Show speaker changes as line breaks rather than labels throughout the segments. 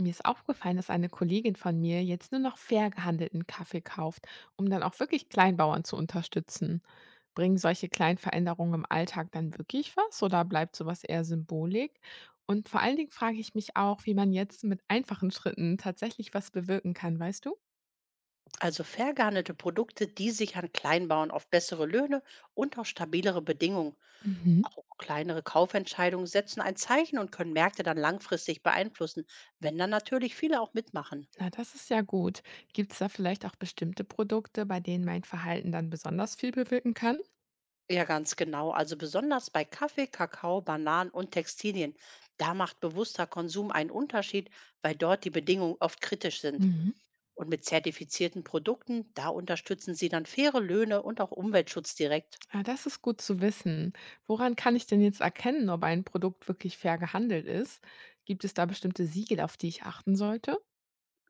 Mir ist aufgefallen, dass eine Kollegin von mir jetzt nur noch fair gehandelten Kaffee kauft, um dann auch wirklich Kleinbauern zu unterstützen. Bringen solche kleinen Veränderungen im Alltag dann wirklich was oder bleibt sowas eher Symbolik? Und vor allen Dingen frage ich mich auch, wie man jetzt mit einfachen Schritten tatsächlich was bewirken kann, weißt du?
Also fair gehandelte Produkte, die sich an Kleinbauern auf bessere Löhne und auch stabilere Bedingungen.
Mhm.
Auch kleinere Kaufentscheidungen setzen ein Zeichen und können Märkte dann langfristig beeinflussen, wenn dann natürlich viele auch mitmachen.
Na, das ist ja gut. Gibt es da vielleicht auch bestimmte Produkte, bei denen mein Verhalten dann besonders viel bewirken kann?
Ja, ganz genau. Also besonders bei Kaffee, Kakao, Bananen und Textilien. Da macht bewusster Konsum einen Unterschied, weil dort die Bedingungen oft kritisch sind.
Mhm.
Und mit zertifizierten Produkten, da unterstützen sie dann faire Löhne und auch Umweltschutz direkt.
Ja, das ist gut zu wissen. Woran kann ich denn jetzt erkennen, ob ein Produkt wirklich fair gehandelt ist? Gibt es da bestimmte Siegel, auf die ich achten sollte?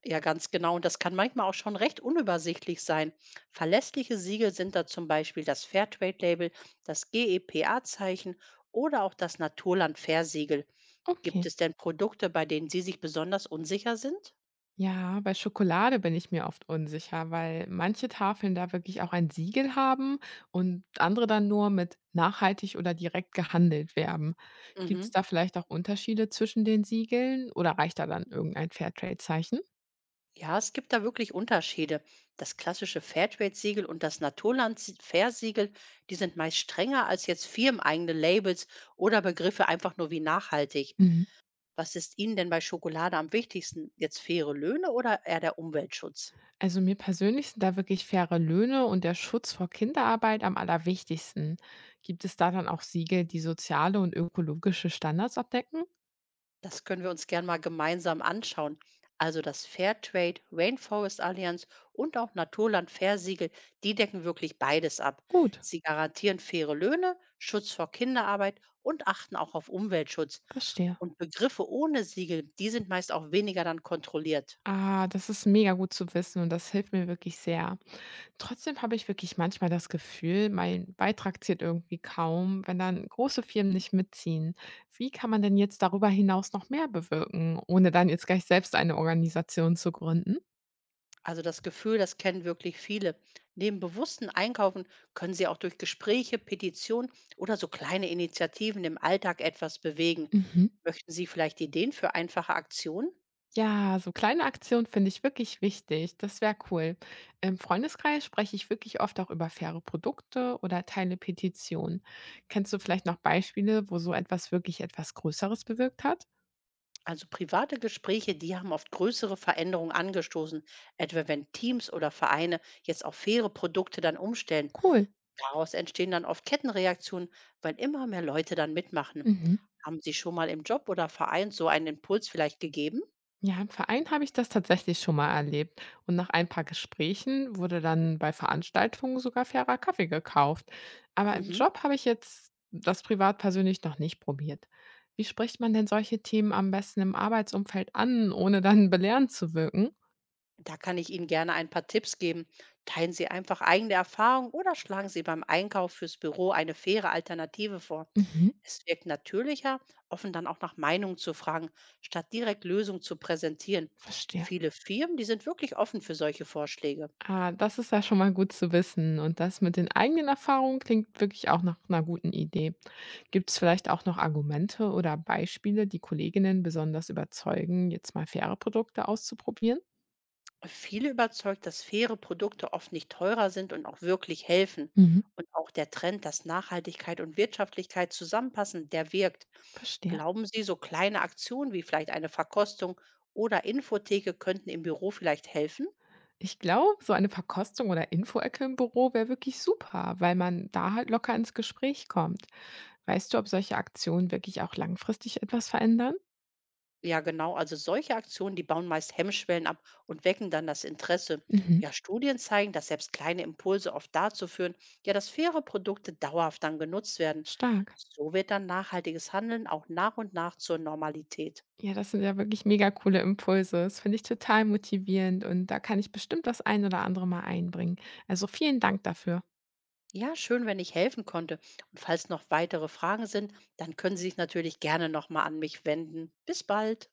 Ja, ganz genau. Und das kann manchmal auch schon recht unübersichtlich sein. Verlässliche Siegel sind da zum Beispiel das Fairtrade-Label, das a zeichen oder auch das Naturland-Fair-Siegel. Gibt
Okay.
es denn Produkte, bei denen Sie sich besonders unsicher sind?
Ja, bei Schokolade bin ich mir oft unsicher, weil manche Tafeln da wirklich auch ein Siegel haben und andere dann nur mit nachhaltig oder direkt gehandelt werben. Gibt es
Mhm.
da vielleicht auch Unterschiede zwischen den Siegeln oder reicht da dann irgendein Fairtrade-Zeichen?
Ja, es gibt da wirklich Unterschiede. Das klassische Fairtrade-Siegel und das Naturland-Fair-Siegel, die sind meist strenger als jetzt firmeneigene Labels oder Begriffe einfach nur wie nachhaltig.
Mhm.
Was ist Ihnen denn bei Schokolade am wichtigsten? Jetzt faire Löhne oder eher der Umweltschutz?
Also mir persönlich sind da wirklich faire Löhne und der Schutz vor Kinderarbeit am allerwichtigsten. Gibt es da dann auch Siegel, die soziale und ökologische Standards abdecken?
Das können wir uns gern mal gemeinsam anschauen. Also das Fairtrade, Rainforest Alliance und auch Naturland Fairsiegel, die decken wirklich beides ab.
Gut,
Sie garantieren faire Löhne, Schutz vor Kinderarbeit und achten auch auf Umweltschutz.
verstehe.
Und Begriffe ohne Siegel, die sind meist auch weniger dann kontrolliert.
Ah, das ist mega gut zu wissen und das hilft mir wirklich sehr. Trotzdem habe ich wirklich manchmal das Gefühl, mein Beitrag zählt irgendwie kaum, wenn dann große Firmen nicht mitziehen. Wie kann man denn jetzt darüber hinaus noch mehr bewirken, ohne dann jetzt gleich selbst eine Organisation zu gründen?
Also das Gefühl, das kennen wirklich viele. Neben bewussten Einkaufen können Sie auch durch Gespräche, Petitionen oder so kleine Initiativen im Alltag etwas bewegen.
Mhm.
Möchten Sie vielleicht Ideen für einfache Aktionen?
Ja, so kleine Aktionen finde ich wirklich wichtig. Das wäre cool. Im Freundeskreis spreche ich wirklich oft auch über faire Produkte oder teile Petitionen. Kennst du vielleicht noch Beispiele, wo so etwas wirklich etwas Größeres bewirkt hat?
Also private Gespräche, die haben oft größere Veränderungen angestoßen, etwa wenn Teams oder Vereine jetzt auf faire Produkte dann umstellen.
Cool.
Daraus entstehen dann oft Kettenreaktionen, weil immer mehr Leute dann mitmachen.
Mhm.
Haben Sie schon mal im Job oder Verein so einen Impuls vielleicht gegeben?
Ja, im Verein habe ich das tatsächlich schon mal erlebt. Und nach ein paar Gesprächen wurde dann bei Veranstaltungen sogar fairer Kaffee gekauft. Aber im
Mhm.
Job habe ich jetzt das privat persönlich noch nicht probiert. Wie spricht man denn solche Themen am besten im Arbeitsumfeld an, ohne dann belehrend zu wirken?
Da kann ich Ihnen gerne ein paar Tipps geben. Teilen Sie einfach eigene Erfahrungen oder schlagen Sie beim Einkauf fürs Büro eine faire Alternative vor.
Mhm,
Es wirkt natürlicher, offen dann auch nach Meinung zu fragen, statt direkt Lösungen zu präsentieren.
verstehe.
Viele Firmen, die sind wirklich offen für solche Vorschläge.
Ah, das ist ja schon mal gut zu wissen. Und das mit den eigenen Erfahrungen klingt wirklich auch nach einer guten Idee. Gibt es vielleicht auch noch Argumente oder Beispiele, die Kolleginnen besonders überzeugen, jetzt mal faire Produkte auszuprobieren?
Viele überzeugt, dass faire Produkte oft nicht teurer sind und auch wirklich helfen.
Mhm.
Und auch der Trend, dass Nachhaltigkeit und Wirtschaftlichkeit zusammenpassen, der wirkt.
Verstehe.
Glauben Sie, so kleine Aktionen wie vielleicht eine Verkostung oder Infotheke könnten im Büro vielleicht helfen?
Ich glaube, so eine Verkostung oder Infoecke im Büro wäre wirklich super, weil man da halt locker ins Gespräch kommt. Weißt du, ob solche Aktionen wirklich auch langfristig etwas verändern?
Ja, genau. Also solche Aktionen, die bauen meist Hemmschwellen ab und wecken dann das Interesse.
Mhm.
Ja, Studien zeigen, dass selbst kleine Impulse oft dazu führen, ja, dass faire Produkte dauerhaft dann genutzt werden.
Stark.
So wird dann nachhaltiges Handeln auch nach und nach zur Normalität.
Ja, das sind ja wirklich mega coole Impulse. Das finde ich total motivierend und da kann ich bestimmt das ein oder andere mal einbringen. Also vielen Dank dafür.
Ja, schön, wenn ich helfen konnte. Und falls noch weitere Fragen sind, dann können Sie sich natürlich gerne nochmal an mich wenden. Bis bald.